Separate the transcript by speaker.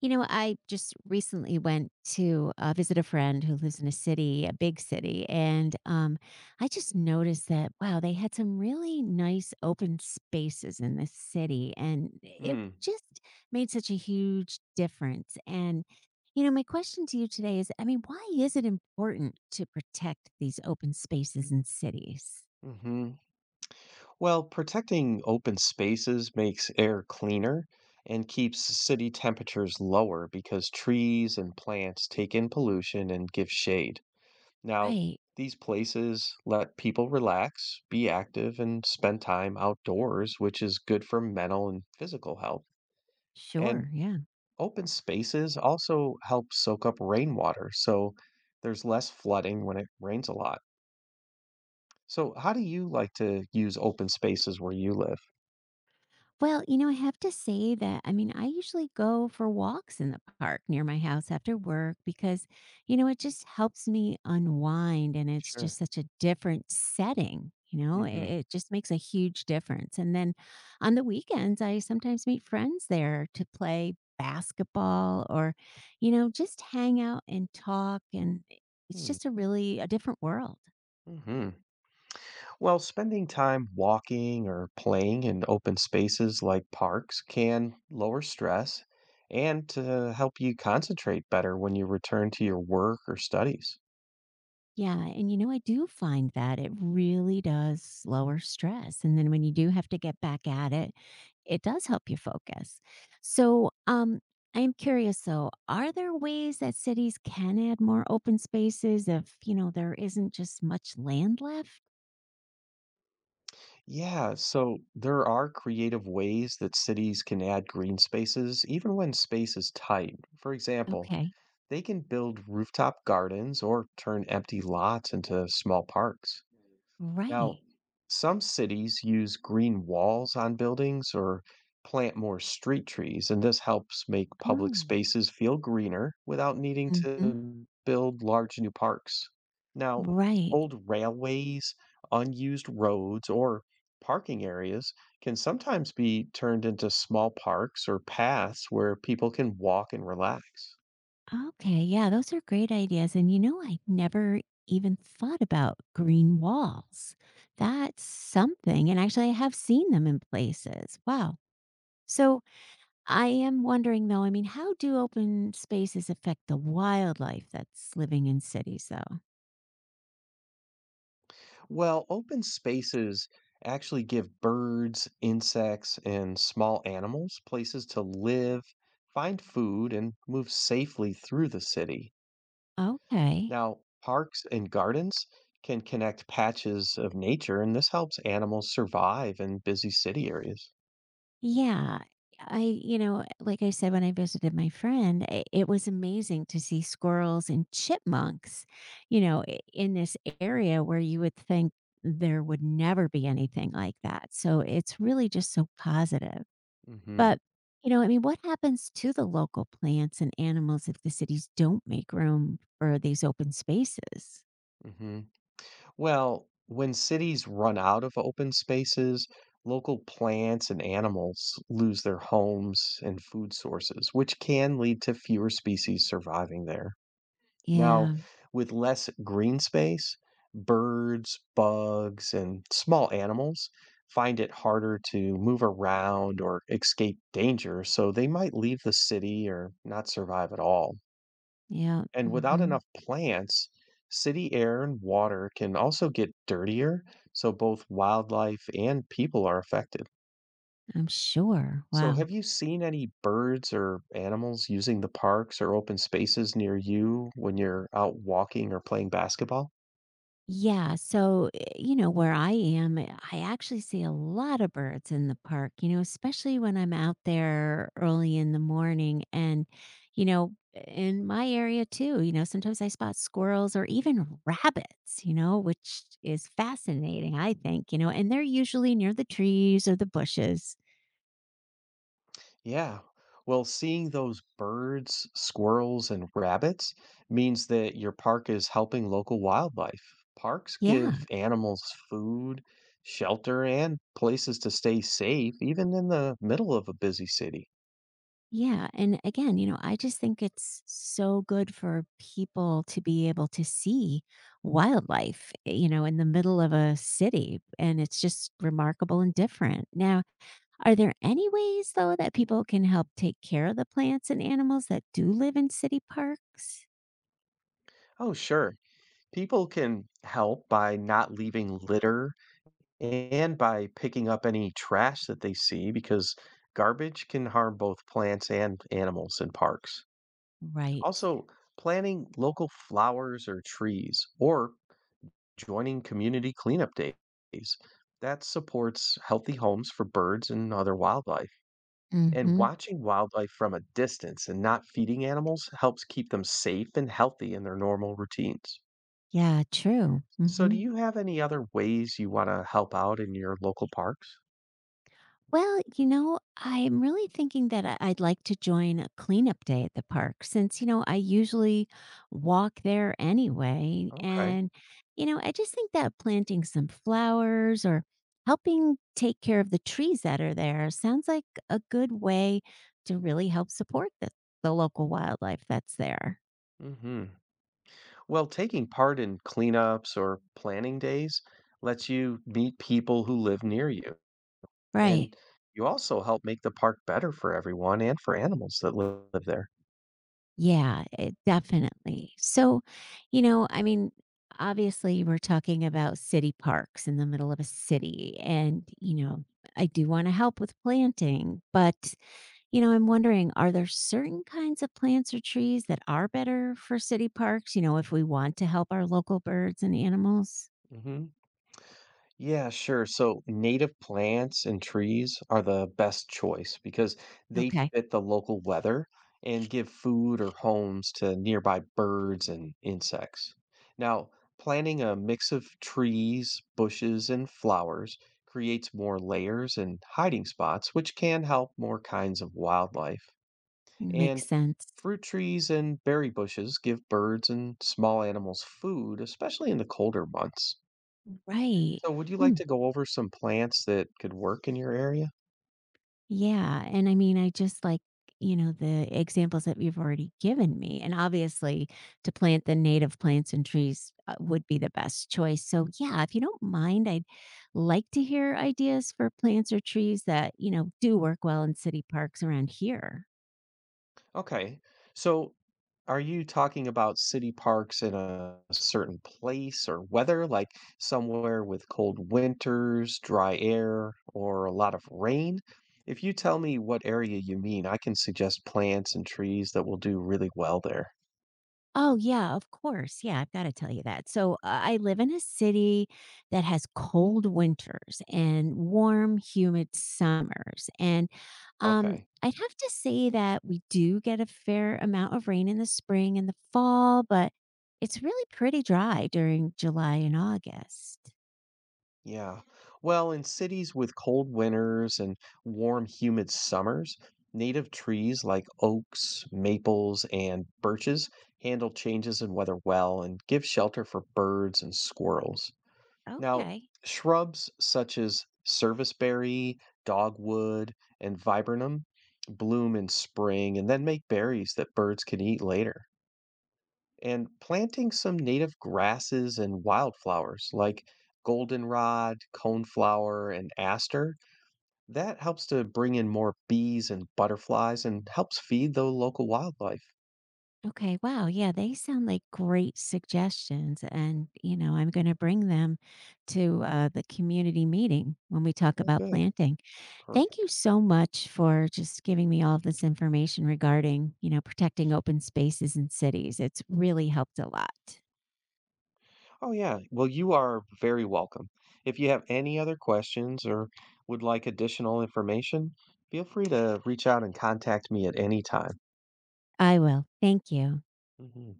Speaker 1: You know, I just recently went to visit a friend who lives in a city, a big city, and I just noticed that wow, they had some really nice open spaces in this city, and it
Speaker 2: Mm,
Speaker 1: just made such a huge difference. And you know, my question to you today is, why is it important to protect these open spaces in cities?
Speaker 2: hmm Well, protecting open spaces makes air cleaner and keeps city temperatures lower because trees and plants take in pollution and give shade. Now,
Speaker 1: Right.
Speaker 2: these places let people relax, be active, and spend time outdoors, which is good for mental and physical health. And
Speaker 1: Sure. Yeah.
Speaker 2: open spaces also help soak up rainwater, so there's less flooding when it rains a lot. So, how do you like to use open spaces where you live?
Speaker 1: Well, you know, I have to say that I usually go for walks in the park near my house after work because, you know, it just helps me unwind and it's just
Speaker 2: Sure.
Speaker 1: such a different setting. You know, it,
Speaker 2: Mhm.
Speaker 1: it just makes a huge difference. And then on the weekends, I sometimes meet friends there to play basketball or, you know, just hang out and talk. And it's
Speaker 2: Hmm,
Speaker 1: just a really a different world.
Speaker 2: hmm Well, spending time walking or playing in open spaces like parks can lower stress and to help you concentrate better when you return to your work or studies.
Speaker 1: Yeah, and you know, I do find that it really does lower stress. And then when you do have to get back at it, it does help you focus. So, I am curious though, are there ways that cities can add more open spaces if, you know, there isn't just much land left?
Speaker 2: Yeah, so there are creative ways that cities can add green spaces even when space is tight. For example,
Speaker 1: Okay.
Speaker 2: they can build rooftop gardens or turn empty lots into small parks.
Speaker 1: Right.
Speaker 2: Now, some cities use green walls on buildings or plant more street trees, and this helps make public
Speaker 1: Oh.
Speaker 2: spaces feel greener without needing
Speaker 1: Hmm.
Speaker 2: to build large new parks. Now,
Speaker 1: Right.
Speaker 2: old railways, unused roads, or parking areas can sometimes be turned into small parks or paths where people can walk and relax.
Speaker 1: Okay, yeah, those are great ideas. And you know, I never even thought about green walls. That's something. And actually, I have seen them in places. Wow. So I am wondering though, how do open spaces affect the wildlife that's living in cities though?
Speaker 2: Well, open spaces actually give birds, insects, and small animals places to live, find food, and move safely through the city.
Speaker 1: Okay.
Speaker 2: Now, parks and gardens can connect patches of nature, and this helps animals survive in busy city areas.
Speaker 1: Yeah. I, you know, like I said, when I visited my friend, it was amazing to see squirrels and chipmunks, you know, in this area where you would think there would never be anything like that. So it's really just so positive.
Speaker 2: hmm
Speaker 1: But, you know, what happens to the local plants and animals if the cities don't make room for these open spaces?
Speaker 2: hmm Well, when cities run out of open spaces, local plants and animals lose their homes and food sources, which can lead to fewer species surviving there. Now,
Speaker 1: Yeah.
Speaker 2: with less green space, birds, bugs, and small animals find it harder to move around or escape danger, so they might leave the city or not survive at all.
Speaker 1: Yeah.
Speaker 2: And without
Speaker 1: Hmm.
Speaker 2: enough plants, city air and water can also get dirtier, so both wildlife and people are affected.
Speaker 1: I'm sure.
Speaker 2: So,
Speaker 1: Wow.
Speaker 2: have you seen any birds or animals using the parks or open spaces near you when you're out walking or playing basketball?
Speaker 1: Yeah, so, you know, where I am, I actually see a lot of birds in the park, you know, especially when I'm out there early in the morning. And, you know, in my area too, you know, sometimes I spot squirrels or even rabbits, you know, which is fascinating, I think, you know, and they're usually near the trees or the bushes.
Speaker 2: Yeah. Well, seeing those birds, squirrels, and rabbits means that your park is helping local wildlife. Parks give
Speaker 1: Yeah.
Speaker 2: animals food, shelter, and places to stay safe, even in the middle of a busy city.
Speaker 1: Yeah. And again, you know, I just think it's so good for people to be able to see wildlife, you know, in the middle of a city. And it's just remarkable and different. Now, are there any ways, though, that people can help take care of the plants and animals that do live in city parks?
Speaker 2: Oh, sure. People can help by not leaving litter and by picking up any trash that they see because garbage can harm both plants and animals in parks.
Speaker 1: Right.
Speaker 2: Also, planting local flowers or trees or joining community cleanup days that supports healthy homes for birds and other wildlife.
Speaker 1: Mm
Speaker 2: And
Speaker 1: hmm.
Speaker 2: watching wildlife from a distance and not feeding animals helps keep them safe and healthy in their normal routines.
Speaker 1: Yeah, true. Mm
Speaker 2: So, do
Speaker 1: hmm.
Speaker 2: you have any other ways you want to help out in your local parks?
Speaker 1: Well, you know, I'm really thinking that I'd like to join a cleanup day at the park since, you know, I usually walk there anyway.
Speaker 2: Okay.
Speaker 1: And, you know, I just think that planting some flowers or helping take care of the trees that are there sounds like a good way to really help support the local wildlife that's there.
Speaker 2: hmm Well, taking part in cleanups or planning days lets you meet people who live near you.
Speaker 1: Right.
Speaker 2: And you also help make the park better for everyone and for animals that live there.
Speaker 1: Yeah, it definitely. So, you know, obviously we're talking about city parks in the middle of a city and, you know, I do want to help with planting, but you know, I'm wondering are there certain kinds of plants or trees that are better for city parks, you know, if we want to help our local birds and animals?
Speaker 2: hmm Yeah, sure. So native plants and trees are the best choice because they
Speaker 1: Okay,
Speaker 2: fit the local weather and give food or homes to nearby birds and insects. Now, planting a mix of trees, bushes, and flowers creates more layers and hiding spots, which can help more kinds of wildlife.
Speaker 1: makes
Speaker 2: And
Speaker 1: sense.
Speaker 2: fruit trees and berry bushes give birds and small animals food, especially in the colder months.
Speaker 1: Right.
Speaker 2: So, would you like to go over some plants that could work in your area?
Speaker 1: Yeah, and I mean, I just like, you know, the examples that you've already given me, and obviously, to plant the native plants and trees would be the best choice. So, yeah, if you don't mind, I'd like to hear ideas for plants or trees that, you know, do work well in city parks around here.
Speaker 2: Okay. So are you talking about city parks in a certain place or weather, like somewhere with cold winters, dry air, or a lot of rain? If you tell me what area you mean, I can suggest plants and trees that will do really well there.
Speaker 1: Oh, yeah, of course. Yeah, I've gotta tell you that. So, I live in a city that has cold winters and warm, humid summers, and, um,
Speaker 2: Okay.
Speaker 1: I'd have to say that we do get a fair amount of rain in the spring and the fall, but it's really pretty dry during July and August.
Speaker 2: Yeah. Well, in cities with cold winters and warm, humid summers, native trees like oaks, maples, and birches handle changes in weather well and give shelter for birds and squirrels. Now,
Speaker 1: Okay.
Speaker 2: shrubs such as serviceberry, dogwood, and viburnum bloom in spring and then make berries that birds can eat later and planting some native grasses and wildflowers like goldenrod, coneflower, and aster. That helps to bring in more bees and butterflies and helps feed the local wildlife.
Speaker 1: Okay, wow, yeah, they sound like great suggestions, and, you know, I'm gonna bring them to, the community meeting when we talk
Speaker 2: Oh,
Speaker 1: about
Speaker 2: good.
Speaker 1: planting. Thank you
Speaker 2: Perfect.
Speaker 1: so much for just giving me all of this information regarding, you know, protecting open spaces in cities. It's really helped a lot.
Speaker 2: Oh, yeah. Well, you are very welcome. If you have any other questions or would like additional information, feel free to reach out and contact me at any time.
Speaker 1: I will. Thank you.
Speaker 2: Mhm.